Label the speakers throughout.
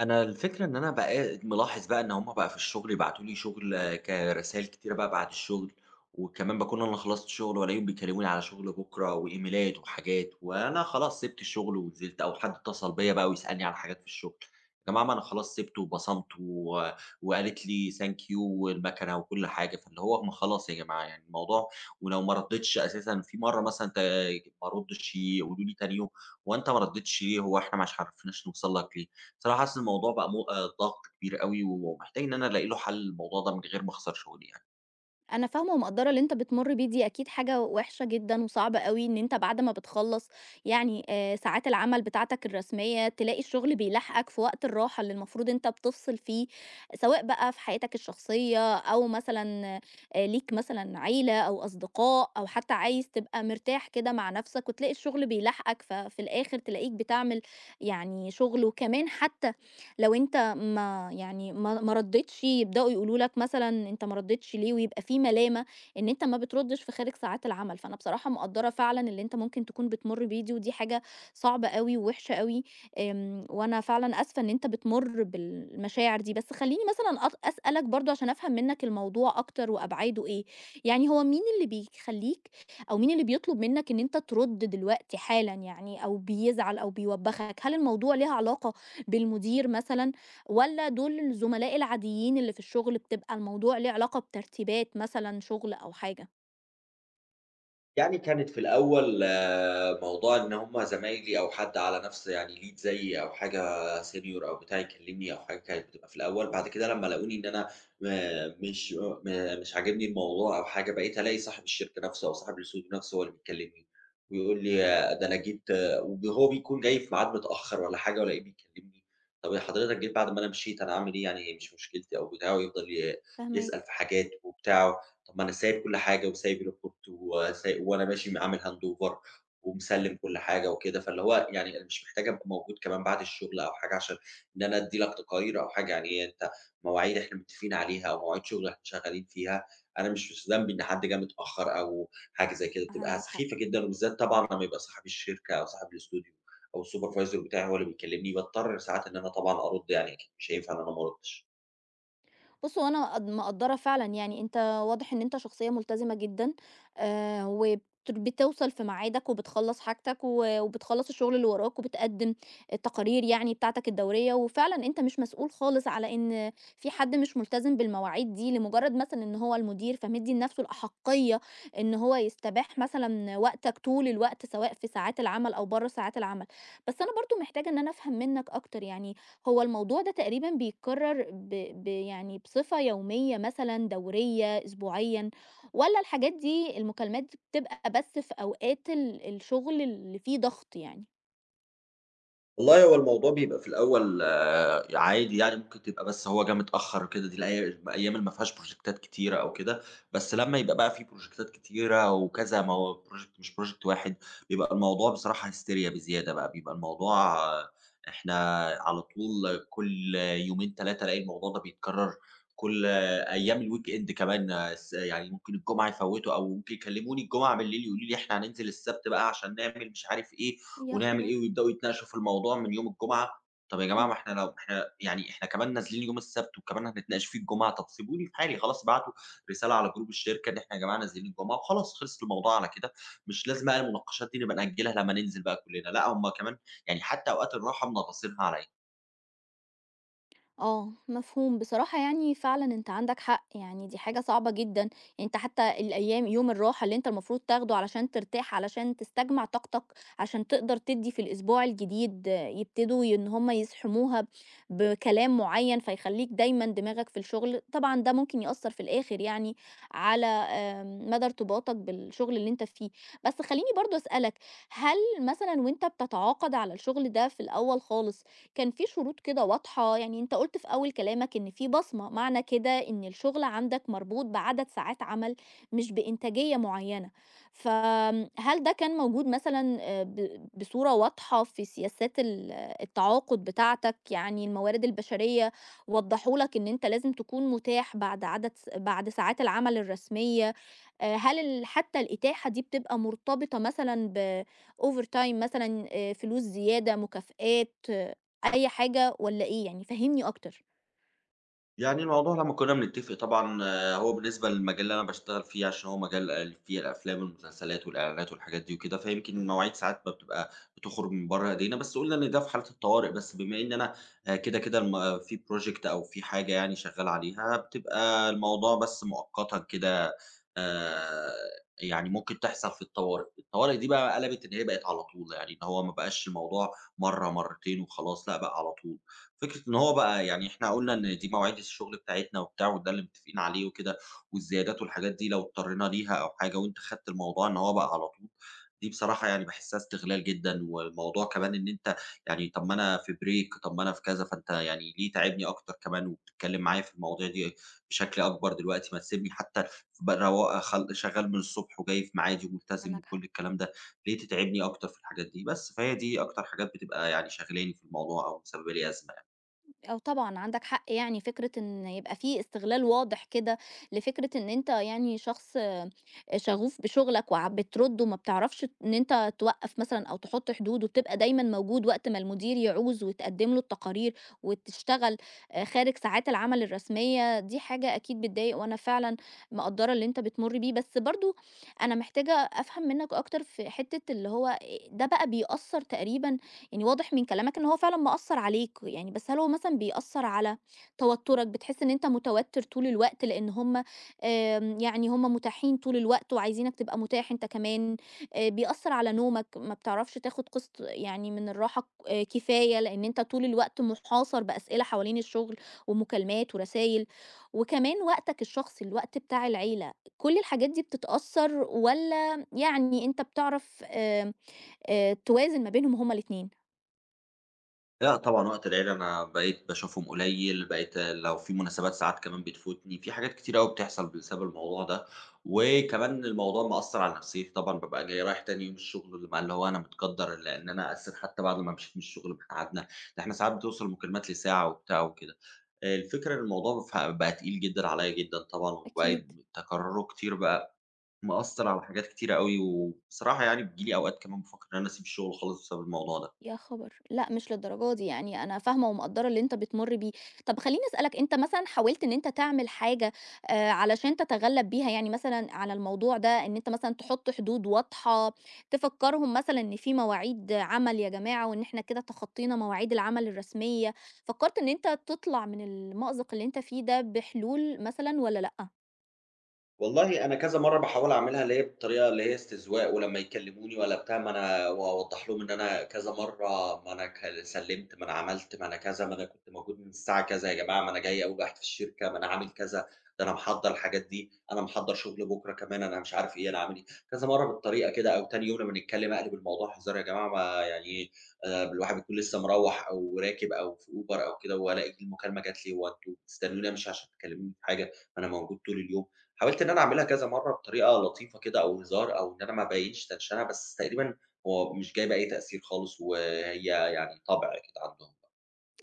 Speaker 1: أنا الفكرة إن أنا بقى ملاحظ بقى إن هم بقى في الشغل يبعتوا لي شغل كرسايل كتيرة بقى بعد الشغل، وكمان باكون أنا خلصت شغل وألاقيهم بيكلموني على شغل بكرة وإيميلات وحاجات، وأنا خلاص سِبت الشغل ونزلت أو حد اتصل بيّا بقى ويسألني على حاجات في الشغل. يا جماعة، ما أنا خلاص سِبته وبصمت وقالت لي thank you والمكنة وكل حاجة، فاللي هو ما خلاص يا جماعة، يعني الموضوع ولو ما رديتش أساسًا في مرة، مثلًا ما أردش يقولوا لي تاني يوم: "هو أنت ما رديتش ليه؟ هو إحنا مش عرفناش نوصل لك ليه؟". بصراحة حاسس إن الموضوع بقى مو ضغط كبير أوي، ومحتاج إن أنا ألاقي له حل، الموضوع ده من غير ما أخسر شغلي يعني.
Speaker 2: انا فاهمه ومقدره اللي انت بتمر بيه، دي اكيد حاجه وحشه جدا وصعبه قوي، ان انت بعد ما بتخلص يعني ساعات العمل بتاعتك الرسميه، تلاقي الشغل بيلاحقك في وقت الراحه اللي المفروض انت بتفصل فيه، سواء بقى في حياتك الشخصيه او مثلا ليك مثلا عيله او اصدقاء، او حتى عايز تبقى مرتاح كده مع نفسك، وتلاقي الشغل بيلاحقك، ففي الاخر تلاقيك بتعمل يعني شغل. وكمان حتى لو أنت ما يعني ما ما ردّيتش، يبدأوا يقولوا لك مثلًا أنت ما ردّيتش ليه، ويبقى في ملامة إن أنت ما بتردّش في خارج ساعات العمل. فأنا بصراحة مقدّرة فعلًا اللي أنت ممكن تكون بتمُر بيه دي، ودي حاجة صعبة أوي ووحشة أوي. وأنا فعلًا آسفة إن أنت بتمُر بالمشاعر دي، بس خلّيني مثلًا أسألك برضه عشان أفهم منّك الموضوع أكتر وأبعاده إيه. يعني هو مين اللي بيخلّيك أو مين اللي بيطلب منّك إن أنت ترُد دلوقتي حالًا، يعني أو بيزعل أو بيوبّخك؟ هل الموضوع ليه علاقة بالمدير مثلًا، والّا دول الزملاء العاديين اللي في الشغل، بتبقى الموضوع ليه علاقة بترتيبات مثلًا شغل أو حاجة؟
Speaker 1: يعني كانت في الأول، موضوع إن هم زمايلي أو حد على نفس يعني lead زيي أو حاجة senior أو بتاع يكلمني أو حاجة، كانت بتبقى في الأول. بعد كده لمّا لاقوني إن أنا م مش آه، م مش عاجبني الموضوع أو حاجة، بقيت ألاقي صاحب الشركة نفسه أو صاحب السوق نفسه هو اللي بيكلمني ويقول لي، ده أنا جيت، وهو بيكون جاي في ميعاد متأخر والّا حاجة والاقيه بيكلمني. طب يا حضرتك، جيت بعد ما أنا مشيت، أنا أعمل إيه؟ يعني هي مش مشكلتي أو بتاع، ويفضل يسأل
Speaker 2: فاهماك.
Speaker 1: في حاجات وبتاع. طب ما أنا سايب كل حاجة وسايب الreport وأنا ماشي، عامل handover ومسلِّم كل حاجة وكده، فاللي هو يعني أنا مش محتاج أبقى موجود كمان بعد الشغل أو حاجة عشان إن أنا أدّي لك تقارير أو حاجة. يعني هي أنت، مواعيد إحنا متفقين عليها أو مواعيد شغل إحنا شغالين فيها، أنا مش في ذنبي إن حد جه متأخّر أو حاجة زي كده. بتبقى
Speaker 2: عندك حق.
Speaker 1: سخيفة جدًا، وبالذات طبعًا لمّا يبقى صاحب الشركة أو صاحب الاستوديو أو الsupervisor بتاعي هو اللي بيكلِّمني، باضطر ساعات إن أنا طبعًا أرُد، يعني أكيد مش هينفع إن أنا ما أردش.
Speaker 2: بُص، هو أنا قد مقدّرة فعلًا يعني أنت واضح إن أنت شخصية ملتزمة جدًا، وبت بتوصل في ميعادك وبتخلّص حاجتك وبتخلّص الشغل اللي وراك، وبتقدّم التقارير يعني بتاعتك الدورية. وفعلًا أنت مش مسؤول خالص على إن في حد مش ملتزم بالمواعيد دي، لمجرد مثلًا إن هو المدير فمدّي لنفسه الأحقية إن هو يستباح مثلًا وقتك طول الوقت، سواء في ساعات العمل أو برّه ساعات العمل. بس أنا برضه محتاجة إن أنا أفهم منّك أكتر. يعني هو الموضوع ده تقريبًا بيتكرر ب ب يعني بصفة يومية مثلًا، دورية، أسبوعيًا، والّا الحاجات دي المكالمات دي بتبقى بس في أوقات الشغل اللي فيه ضغط يعني؟
Speaker 1: والله هو الموضوع بيبقى في الأول عادي، يعني ممكن تبقى بس هو جه متأخّر كده، دي الأيام اللي ما فيهاش بروجيكتات كتيرة أو كده. بس لمّا يبقى بقى في بروجيكتات كتيرة وكذا، مو بروجيكت مش بروجيكت واحد، بيبقى الموضوع بصراحة هيستيريا بزيادة بقى. بيبقى الموضوع، إحنا على طول كل يومين، 3، ألاقي الموضوع ده بيتكرر. كل، أيام الweekend كمان، آه، س يعني ممكن الجمعة يفوّتوا، أو ممكن يكلموني الجمعة بالليل يقولوا لي إحنا هننزل السبت بقى عشان نعمل مش عارف إيه،
Speaker 2: يا
Speaker 1: ونعمل إيه،
Speaker 2: خبر!
Speaker 1: ويبدأوا يتناقشوا في الموضوع من يوم الجمعة. طَب يا جماعة، ما
Speaker 2: إمم.
Speaker 1: إحنا لو إحنا يعني إحنا كمان نازلين يوم السبت وكمان هنتناقش فيه الجمعة، طَب سيبوني في حالي خلاص، ابعتوا رسالة على جروب الشركة إن إحنا يا جماعة نازلين الجمعة وخلاص، خلص الموضوع على كده. مش لازم بقى المناقشات دي نبقى نأجلها لمّا ننزل بقى كلنا. لأ، هُم كمان يعني حتى أوقات الراحة منغصينها عليّا.
Speaker 2: آه، مفهوم. بصراحة يعني فعلًا أنت عندك حق، يعني دي حاجة صعبة جدًا. يعني أنت حتى الأيام يوم الراحة اللي أنت المفروض تاخده علشان ترتاح، علشان تستجمع طاقتك، عشان تقدر تدّي في الأسبوع الجديد يبتدوا إن هم يزحموها بكلام معيّن، فيخلّيك دايمًا دماغك في الشغل. طبعًا ده ممكن يأثّر في الآخر يعني على مدى ارتباطك بالشغل اللي أنت فيه. بس خلّيني برضه أسألك، هل مثلًا وأنت بتتعاقد على الشغل ده في الأول خالص كان في شروط كده واضحة؟ يعني أنت قلت في أول كلامك إن في بصمة معنى كده إن الشغل عندك مربوط بعدد ساعات عمل، مش بإنتاجية معينة. فهل ده كان موجود مثلا بصورة واضحة في سياسات التعاقد بتاعتك؟ يعني الموارد البشرية وضحوا لك إن أنت لازم تكون متاح بعد عدد بعد ساعات العمل الرسمية؟ هل حتى الإتاحة دي بتبقى مرتبطة مثلا بأوفر تايم، مثلا فلوس زيادة، مكافآت، أي حاجة والّا إيه؟ يعني فهّمني أكتر.
Speaker 1: يعني الموضوع لمّا كُنّا بنتّفق طبعًا، هو بالنسبة للمجال اللي أنا باشتغل فيه، عشان هو مجال فيه الأفلام والمسلسلات والإعلانات والحاجات دي وكده، فيمكن المواعيد ساعات ما بتبقى بتخرج من برّه إيدينا، بس قُلنا إن ده في حالة الطوارئ. بس بما إن أنا كده، كده الم آه، في project أو في حاجة يعني شغّال عليها، بتبقى الموضوع بس مؤقتًا كده. آآ يعني ممكن تحصل في الطوارئ، الطوارئ دي بقى قلبت إن هي بقت على طول، يعني إن هو ما بقاش الموضوع مرّة، مرّتين وخلاص، لأ، بقى على طول. فكرة إن هو بقى يعني إحنا قُلنا إن دي مواعيد الشغل بتاعتنا وبتاع، وده اللي متفقين عليه وكده، والزيادات والحاجات دي لو اضطرينا ليها أو حاجة، وأنت خدت الموضوع إن هو بقى على طول، دي بصراحة يعني باحسّها استغلال جدًا. والموضوع كمان إن أنت يعني، طب ما أنا في break، طب ما أنا في كذا، فأنت يعني ليه تاعبني أكتر كمان وبتتكلّم معايا في المواضيع دي بشكل أكبر دلوقتي؟ ما تسيبني، حتى بقى روا خل شغّال من الصبح وجاي في ميعادي وملتزم
Speaker 2: عندك حق.
Speaker 1: وكل الكلام ده، ليه تتعبني أكتر في الحاجات دي؟ بس، فهي دي أكتر حاجات بتبقى يعني شاغلاني في الموضوع أو مسبّبة لي أزمة.
Speaker 2: آه، طبعًا عندك حق. يعني فكرة إن يبقى في استغلال واضح كده لفكرة إن أنت يعني شخص شغوف بشغلك، وع بترُد وما بتعرفش إن أنت توقّف مثلًا أو تحُط حدود، وبتبقى دايمًا موجود وقت ما المدير يعوز، وتقدّم له التقارير وتشتغل خارج ساعات العمل الرسمية، دي حاجة أكيد بتضايق، وأنا فعلًا مقدّرة اللي أنت بتمُر بيه. بس برضه أنا محتاجة أفهم منّك أكتر في حتّة اللي هو ده بقى بيأثّر تقريبًا. يعني واضح من كلامك إن هو فعلًا مأثّر عليك، يعني بس هل هو مثلًا بيأثّر على توتُّرك؟ بتحس إن أنت متوتّر طول الوقت لإن هُم يعني هُم مُتاحين طول الوقت وعايزينك تبقى مُتاح أنت كمان. بيأثّر على نومك، ما بتعرفش تاخُد قِسط يعني من الراحة ك كفاية لإن أنت طول الوقت مُحاصر بأسئلة حوالين الشُغل ومكالمات ورسايل، وكمان وقتك الشخصي، الوقت بتاع العيلة، كل الحاجات دي بتتأثّر، والّا يعني أنت بتعرف آمم، توازن ما بينهم هُم الاتنين؟
Speaker 1: لأ طبعًا، وقت العيلة أنا بقيت باشوفهم قليل، بقيت لو في مناسبات ساعات كمان بتفوتني، في حاجات كتير أوي بتحصل بسبب الموضوع ده. وكمان الموضوع مأثّر على نفسيتي طبعًا، بابقى جاي رايح تاني يوم الشغل اللي بقى، اللي هو أنا متقدّر لإن أنا أساسًا حتى بعد ما مشيت من الشغل، ما إحنا قعدنا، ده إحنا ساعات بتوصل مكالمات لساعة وبتاع وكده. الفكرة إن الموضوع بقى تقيل جدًا عليّا جدًا طبعًا، وبقيت
Speaker 2: أكيد.
Speaker 1: تكرّره كتير بقى، مأثّر على حاجات كتيرة أوي. وبصراحة يعني بتيجي لي أوقات كمان بافكّر إن أنا أسيب الشغل خالص بسبب الموضوع ده.
Speaker 2: يا خبر! لأ، مش للدرجة دي، يعني أنا فاهمة ومقدّرة اللي أنت بتمُر بيه. طَب خلّيني أسألك، أنت مثلًا حاولت إن أنت تعمل حاجة علشان تتغلّب بيها يعني مثلًا على الموضوع ده، إن أنت مثلًا تحُط حدود واضحة، تفكّرهم مثلًا إن في مواعيد عمل يا جماعة وإن إحنا كده تخطّينا مواعيد العمل الرسمية؟ فكّرت إن أنت تطلع من المأزق اللي أنت فيه ده بحلول مثلًا والّا لأ؟
Speaker 1: والله أنا كذا مرّة باحاول أعملها اللي هي بالطريقة اللي هي استذواق، ولمّا يكلموني والّا بتاع ما أنا وأوضّح لهم إن أنا كذا مرّة ما أنا ك سلِّمت، ما أنا عملت، ما أنا كذا، ما أنا كنت موجود من الساعة كذا يا جماعة، ما أنا جاي أول واحد في الشركة، ما أنا عامل كذا، ده أنا محضّر الحاجات دي، أنا محضّر شغل بُكرة كمان، أنا مش عارف إيه، أنا عامل إيه، كذا مرّة بالطريقة كده أو تاني يوم لمّا نتكلم أقلب الموضوع هزار، يا جماعة ما يعني الواحد بيكون لسه مروّح أو راكب أو في Uber أو كده وألاقي المكالمة جات لي، هو أنتم بتستنوني أمشي عشان تكلموني في حاجة، ما أنا موجود طول اليوم. حاولت إن أنا أعملها كذا مرّة بطريقة لطيفة كده أو هزار أو إن أنا ما أبيّنش تنشنة، بس تقريبًا هو مش جايبة أي تأثير خالص، وهي يعني طَبْع كده عندهم بقى.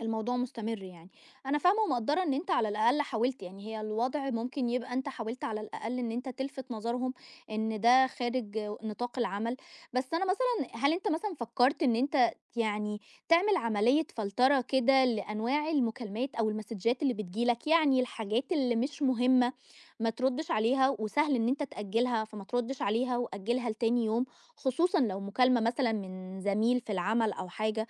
Speaker 2: الموضوع مستمر يعني. أنا فاهمة ومقدّرة إن أنت على الأقل حاولت، يعني هي الوضع ممكن يبقى أنت حاولت على الأقل إن أنت تلفت نظرهم إن ده خارج نطاق العمل. بس أنا مثلًا، هل أنت مثلًا فكّرت إن أنت يعني تعمل عملية فلترة كده لأنواع المكالمات أو المسدجات اللي بتيجي لك؟ يعني الحاجات اللي مش مهمة ما تردّش عليها وسهل إن أنت تأجّلها، فما تردّش عليها وأجّلها لتاني يوم، خصوصًا لو مكالمة مثلًا من زميل في العمل أو حاجة.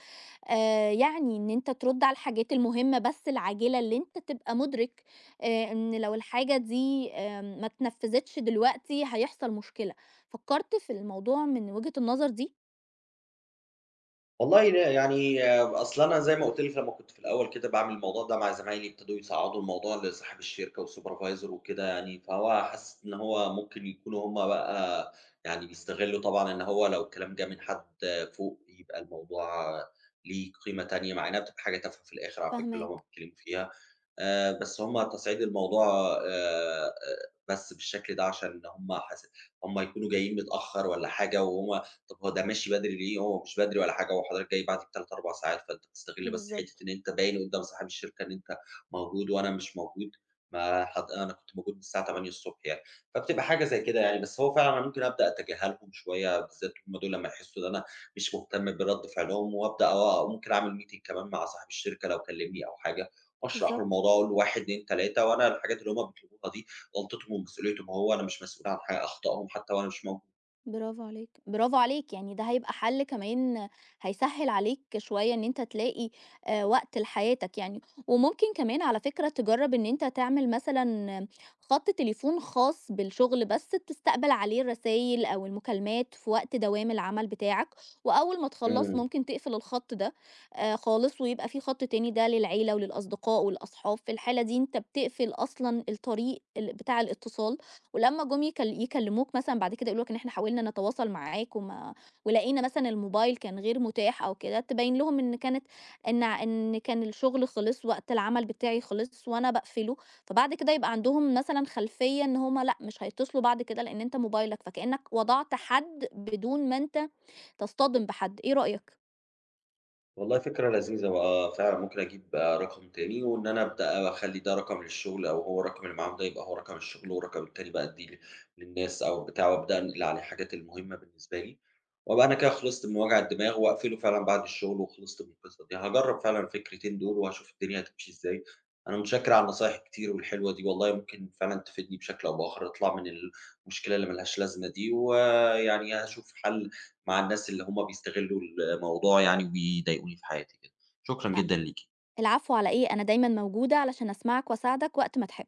Speaker 2: يعني إن أنت ترُد على الحاجات المهمة بس العاجلة، اللي أنت تبقى مُدرك إن لو الحاجة دي ما اتنفّذتش دلوقتي هيحصل مشكلة. فكّرت في الموضوع من وجهة النظر دي؟
Speaker 1: والله لا، يعني أصل أنا زي ما قُلت لِك لمّا كنت في الأول كده باعمل الموضوع ده مع زمايلي، ابتدوا يصعّدوا الموضوع لصاحب الشركة والsupervisor وكده يعني، فهو حاسس إن هو ممكن يكونوا هم بقى يعني بيستغلّوا طبعًا إن هو لو الكلام جه من حد فوق يبقى الموضوع ليه قيمة تانية، مع إنها بتبقى حاجة تافهة في الآخر على فكرة اللي هم
Speaker 2: فاهماك.
Speaker 1: بيتكلموا فيها. بس هُم تصعيد الموضوع آآ، بس بالشكل ده عشان هُم يكونوا جايين متأخر والّا حاجة، وهُم، طب هو ده ماشي بدري ليه؟ هو مش بدري ولا حاجة، هو حضرتك جاي بعدي ب3، 4 ساعات، فأنت بتستغل بس حتة
Speaker 2: بالضبط،
Speaker 1: إن أنت باين قدّام صاحب الشركة إن أنت موجود وأنا مش موجود. ما حض أنا كنت موجود من الساعة 8:00 ص يعني، فبتبقى حاجة زي كده يعني. بس هو فعلًا أنا ممكن أبدأ أتجاهلهم شوية، بالذات هُم دول، لمّا يحسوا إن أنا مش مهتم برد فعلهم، وأبدأ، ممكن أعمل meeting كمان مع صاحب الشركة لو كلمني أو حاجة. أشرح له
Speaker 2: بالضبط.
Speaker 1: الموضوع، أقول له 1، 2، 3، وأنا الحاجات اللي هُم بيطلبوها دي غلطتهم ومسؤوليتهم هو، أنا مش مسؤول عن أخطائهم حتى وأنا مش موجود.
Speaker 2: برافو عليك، برافو عليك، يعني ده هيبقى حل كمان، هيسهّل عليك شوية إن أنت تلاقي وقت لحياتك يعني. وممكن كمان على فكرة تجرّب إن أنت تعمل مثلًا خَط تليفون خاص بالشغل بس، تستقبل عليه الرسايل أو المكالمات في وقت دوام العمل بتاعك، وأول ما تخلّص
Speaker 1: إمم.
Speaker 2: ممكن تقفل الخط ده خالص، ويبقى في خط تاني ده للعيلة وللأصدقاء والأصحاب. في الحالة دي أنت بتقفل أصلًا الطريق ال بتاع الاتصال. ولمّا جُم يكلموك مثلًا بعد كده يقولوا لك إن إحنا حاولنا نتواصل معاك ولقينا مثلًا الموبايل كان غير متاح أو كده، تبين لهم إن كانت إن ع إن كان الشغل خلص، وقت العمل بتاعي خلص وأنا باقفله. فبعد كده يبقى عندهم مثلًا خلفية إن هم لأ، مش هيتصلوا بعد كده، لإن أنت موبايلك فكأنك وضعت حد بدون ما أنت تصطدم بحد، إيه رأيك؟
Speaker 1: والله فكرة لذيذة بقى، فعلًا ممكن أجيب، رقم تاني، وإن أنا أبدأ أخلّي ده رقم للشغل، أو هو الرقم اللي معاهم ده يبقى هو رقم الشغل، والرقم التاني بقى أدّيه للناس أو بتاع، وأبدأ أنقل عليه الحاجات المهمة بالنسبة لي، وأبقى أنا كده خلصت من وجع الدماغ، وأقفله فعلًا بعد الشغل وخلصت من القصة دي. هاجرّب فعلًا الفكرتين دول، وهاشوف الدنيا هتمشي إزاي. أنا متشكر على النصايح الكتير والحلوة دي، والله ممكن فعلًا تفيدني بشكل أو بآخر أطلع من المشكلة اللي ما لهاش لازمة دي، ويعني هاشوف حل مع الناس اللي هم بيستغلّوا الموضوع يعني وبيضايقوني في حياتي كده. شكرًا
Speaker 2: أ
Speaker 1: جدًا ليكِ.
Speaker 2: العفو على إيه، أنا دايمًا موجودة علشان أسمعك وأساعدك وقت ما تحب.